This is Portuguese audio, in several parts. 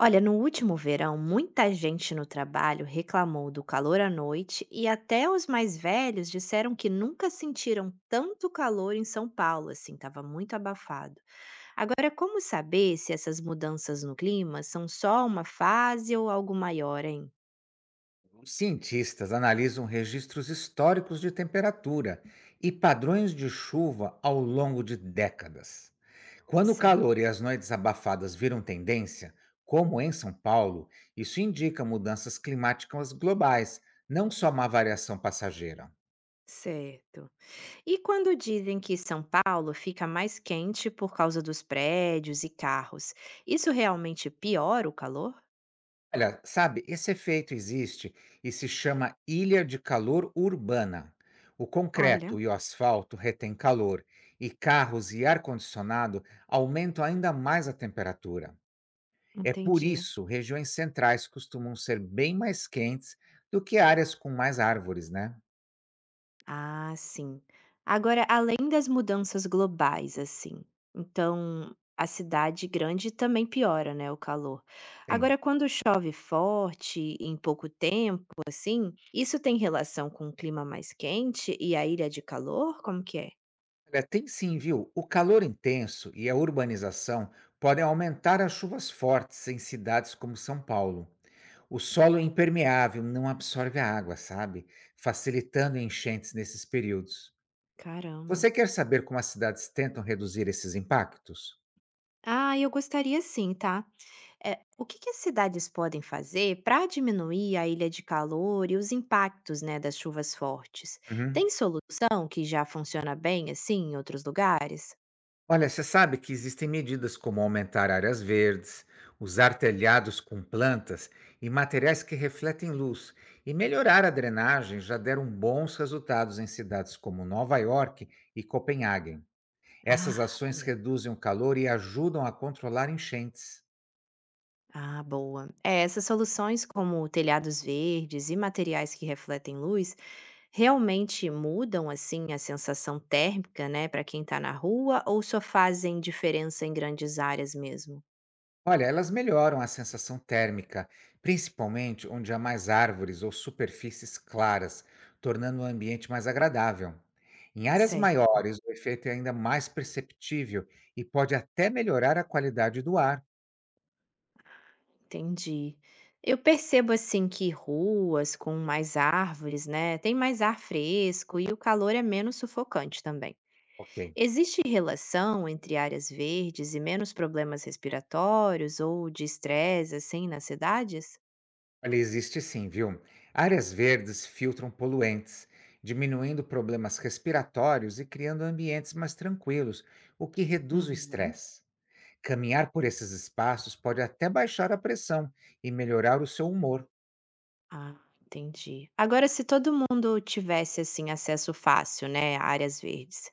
Olha, no último verão, muita gente no trabalho reclamou do calor à noite e até os mais velhos disseram que nunca sentiram tanto calor em São Paulo, assim, estava muito abafado. Agora, como saber se essas mudanças no clima são só uma fase ou algo maior, hein? Os cientistas analisam registros históricos de temperatura e padrões de chuva ao longo de décadas. Quando o Certo. calor e as noites abafadas viram tendência, como em São Paulo, isso indica mudanças climáticas globais, não só uma variação passageira. Certo. E quando dizem que São Paulo fica mais quente por causa dos prédios e carros, isso realmente piora o calor? Olha, sabe, esse efeito existe e se chama ilha de calor urbana. O Olha, concreto e o asfalto retêm calor, e carros e ar-condicionado aumentam ainda mais a temperatura. É por entendi. isso regiões centrais costumam ser bem mais quentes do que áreas com mais árvores, né? Ah, sim. Agora, além das mudanças globais, assim, então a cidade grande também piora, né, o calor. Tem. Agora, quando chove forte em pouco tempo, assim, isso tem relação com o clima mais quente e a ilha de calor? Como que é? Olha, tem sim, viu? O calor intenso e a urbanização podem aumentar as chuvas fortes em cidades como São Paulo. O solo é impermeável, não absorve a água, sabe? Facilitando enchentes nesses períodos. Caramba. Você quer saber como as cidades tentam reduzir esses impactos? Ah, eu gostaria sim, tá? É, o que que as cidades podem fazer para diminuir a ilha de calor e os impactos, né, das chuvas fortes? Tem Uhum. solução que já funciona bem assim em outros lugares? Olha, você sabe que existem medidas como aumentar áreas verdes, usar telhados com plantas e materiais que refletem luz, e melhorar a drenagem já deram bons resultados em cidades como Nova York e Copenhague. Essas Ah, ações maneiro. reduzem o calor e ajudam a controlar enchentes. Ah, boa. É, essas soluções como telhados verdes e materiais que refletem luz realmente mudam assim a sensação térmica, né, para quem está na rua ou só fazem diferença em grandes áreas mesmo? Olha, elas melhoram a sensação térmica, principalmente onde há mais árvores ou superfícies claras, tornando o ambiente mais agradável. Em áreas Certo. maiores, o efeito é ainda mais perceptível e pode até melhorar a qualidade do ar. Entendi. Eu percebo assim que ruas com mais árvores, né, tem mais ar fresco e o calor é menos sufocante também. Ok. Existe relação entre áreas verdes e menos problemas respiratórios ou de estresse assim nas cidades? Olha, existe sim, viu? Áreas verdes filtram poluentes, diminuindo problemas respiratórios e criando ambientes mais tranquilos, o que reduz o Uhum. estresse. Caminhar por esses espaços pode até baixar a pressão e melhorar o seu humor. Ah, entendi. Agora, se todo mundo tivesse assim acesso fácil, né, a áreas verdes,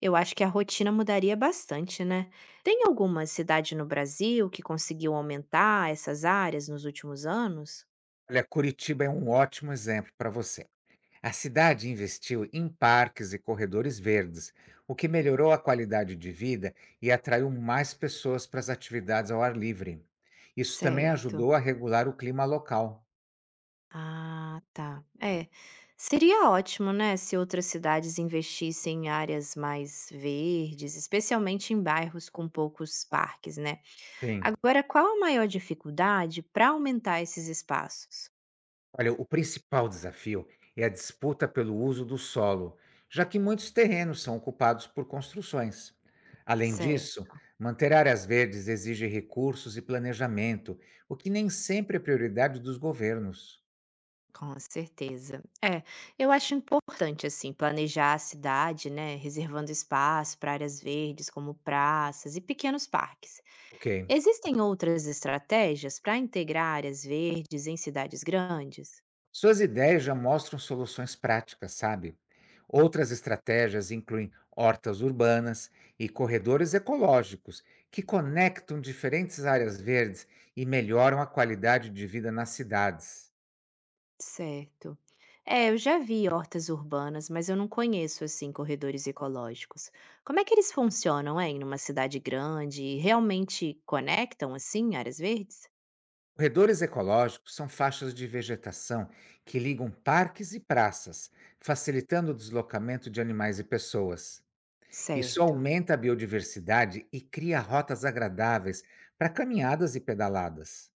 eu acho que a rotina mudaria bastante, né? Tem alguma cidade no Brasil que conseguiu aumentar essas áreas nos últimos anos? Olha, Curitiba é um ótimo exemplo para você. A cidade investiu em parques e corredores verdes, o que melhorou a qualidade de vida e atraiu mais pessoas para as atividades ao ar livre. Isso também Certo. ajudou a regular o clima local. Ah, tá. É. Seria ótimo, né, se outras cidades investissem em áreas mais verdes, especialmente em bairros com poucos parques, né? Sim. Agora, qual a maior dificuldade para aumentar esses espaços? Olha, o principal desafio é a disputa pelo uso do solo, já que muitos terrenos são ocupados por construções. Além Certo. disso, manter áreas verdes exige recursos e planejamento, o que nem sempre é prioridade dos governos. Com certeza. É, eu acho importante, assim, planejar a cidade, né, reservando espaço para áreas verdes, como praças e pequenos parques. Ok. Existem outras estratégias para integrar áreas verdes em cidades grandes? Suas ideias já mostram soluções práticas, sabe? Outras estratégias incluem hortas urbanas e corredores ecológicos, que conectam diferentes áreas verdes e melhoram a qualidade de vida nas cidades. Certo. É, eu já vi hortas urbanas, mas eu não conheço, assim, corredores ecológicos. Como é que eles funcionam, hein, numa cidade grande e realmente conectam, assim, áreas verdes? Corredores ecológicos são faixas de vegetação que ligam parques e praças, facilitando o deslocamento de animais e pessoas. Isso Certo. aumenta a biodiversidade e cria rotas agradáveis para caminhadas e pedaladas.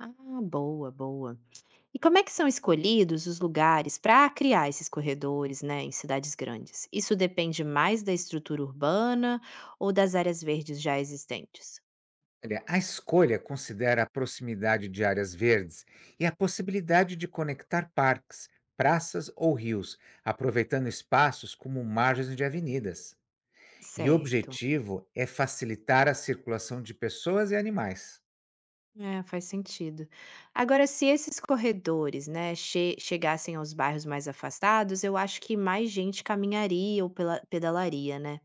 Ah, boa, boa. E como é que são escolhidos os lugares para criar esses corredores, né, em cidades grandes? Isso depende mais da estrutura urbana ou das áreas verdes já existentes? Olha, a escolha considera a proximidade de áreas verdes e a possibilidade de conectar parques, praças ou rios, aproveitando espaços como margens de avenidas. E o Certo. objetivo é facilitar a circulação de pessoas e animais. É, faz sentido. Agora, se esses corredores, né, chegassem aos bairros mais afastados, eu acho que mais gente caminharia ou pedalaria, né?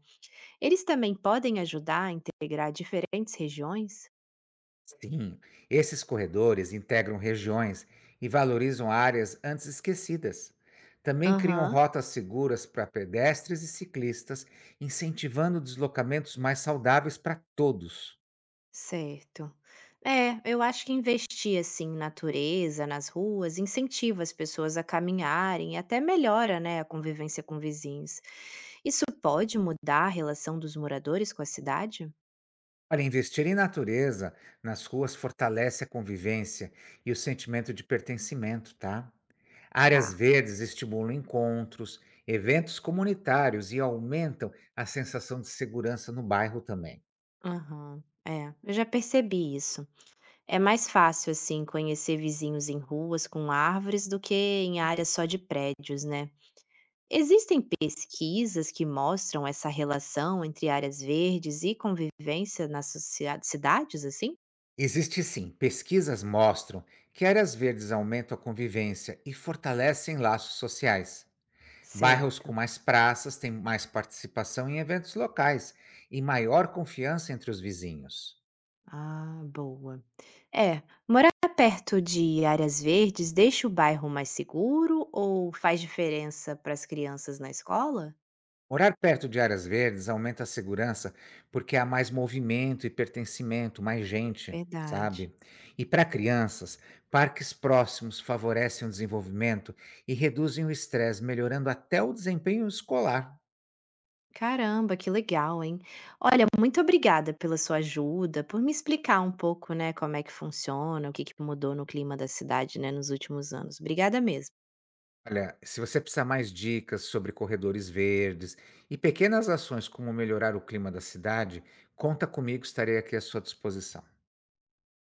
Eles também podem ajudar a integrar diferentes regiões? Sim, esses corredores integram regiões e valorizam áreas antes esquecidas. Também criam Aham. rotas seguras para pedestres e ciclistas, incentivando deslocamentos mais saudáveis para todos. Certo. É, eu acho que investir assim em natureza, nas ruas, incentiva as pessoas a caminharem e até melhora, né, a convivência com vizinhos. Isso pode mudar a relação dos moradores com a cidade? Olha, investir em natureza nas ruas fortalece a convivência e o sentimento de pertencimento, tá? Áreas Tá. verdes estimulam encontros, eventos comunitários e aumentam a sensação de segurança no bairro também. Aham. É, eu já percebi isso. É mais fácil assim conhecer vizinhos em ruas com árvores do que em áreas só de prédios, né? Existem pesquisas que mostram essa relação entre áreas verdes e convivência nas cidades assim? Existe sim, pesquisas mostram que áreas verdes aumentam a convivência e fortalecem laços sociais. Bairros com Certo. mais praças têm mais participação em eventos locais e maior confiança entre os vizinhos. Ah, boa. É, tá perto de áreas verdes, deixa o bairro mais seguro ou faz diferença para as crianças na escola? Morar perto de áreas verdes aumenta a segurança porque há mais movimento e pertencimento, mais gente, Verdade. sabe? E para crianças, parques próximos favorecem o desenvolvimento e reduzem o estresse, melhorando até o desempenho escolar. Caramba, que legal, hein? Olha, muito obrigada pela sua ajuda, por me explicar um pouco, né, como é que funciona, o que que mudou no clima da cidade, né, nos últimos anos. Obrigada mesmo. Olha, se você precisar mais dicas sobre corredores verdes e pequenas ações como melhorar o clima da cidade, conta comigo, estarei aqui à sua disposição.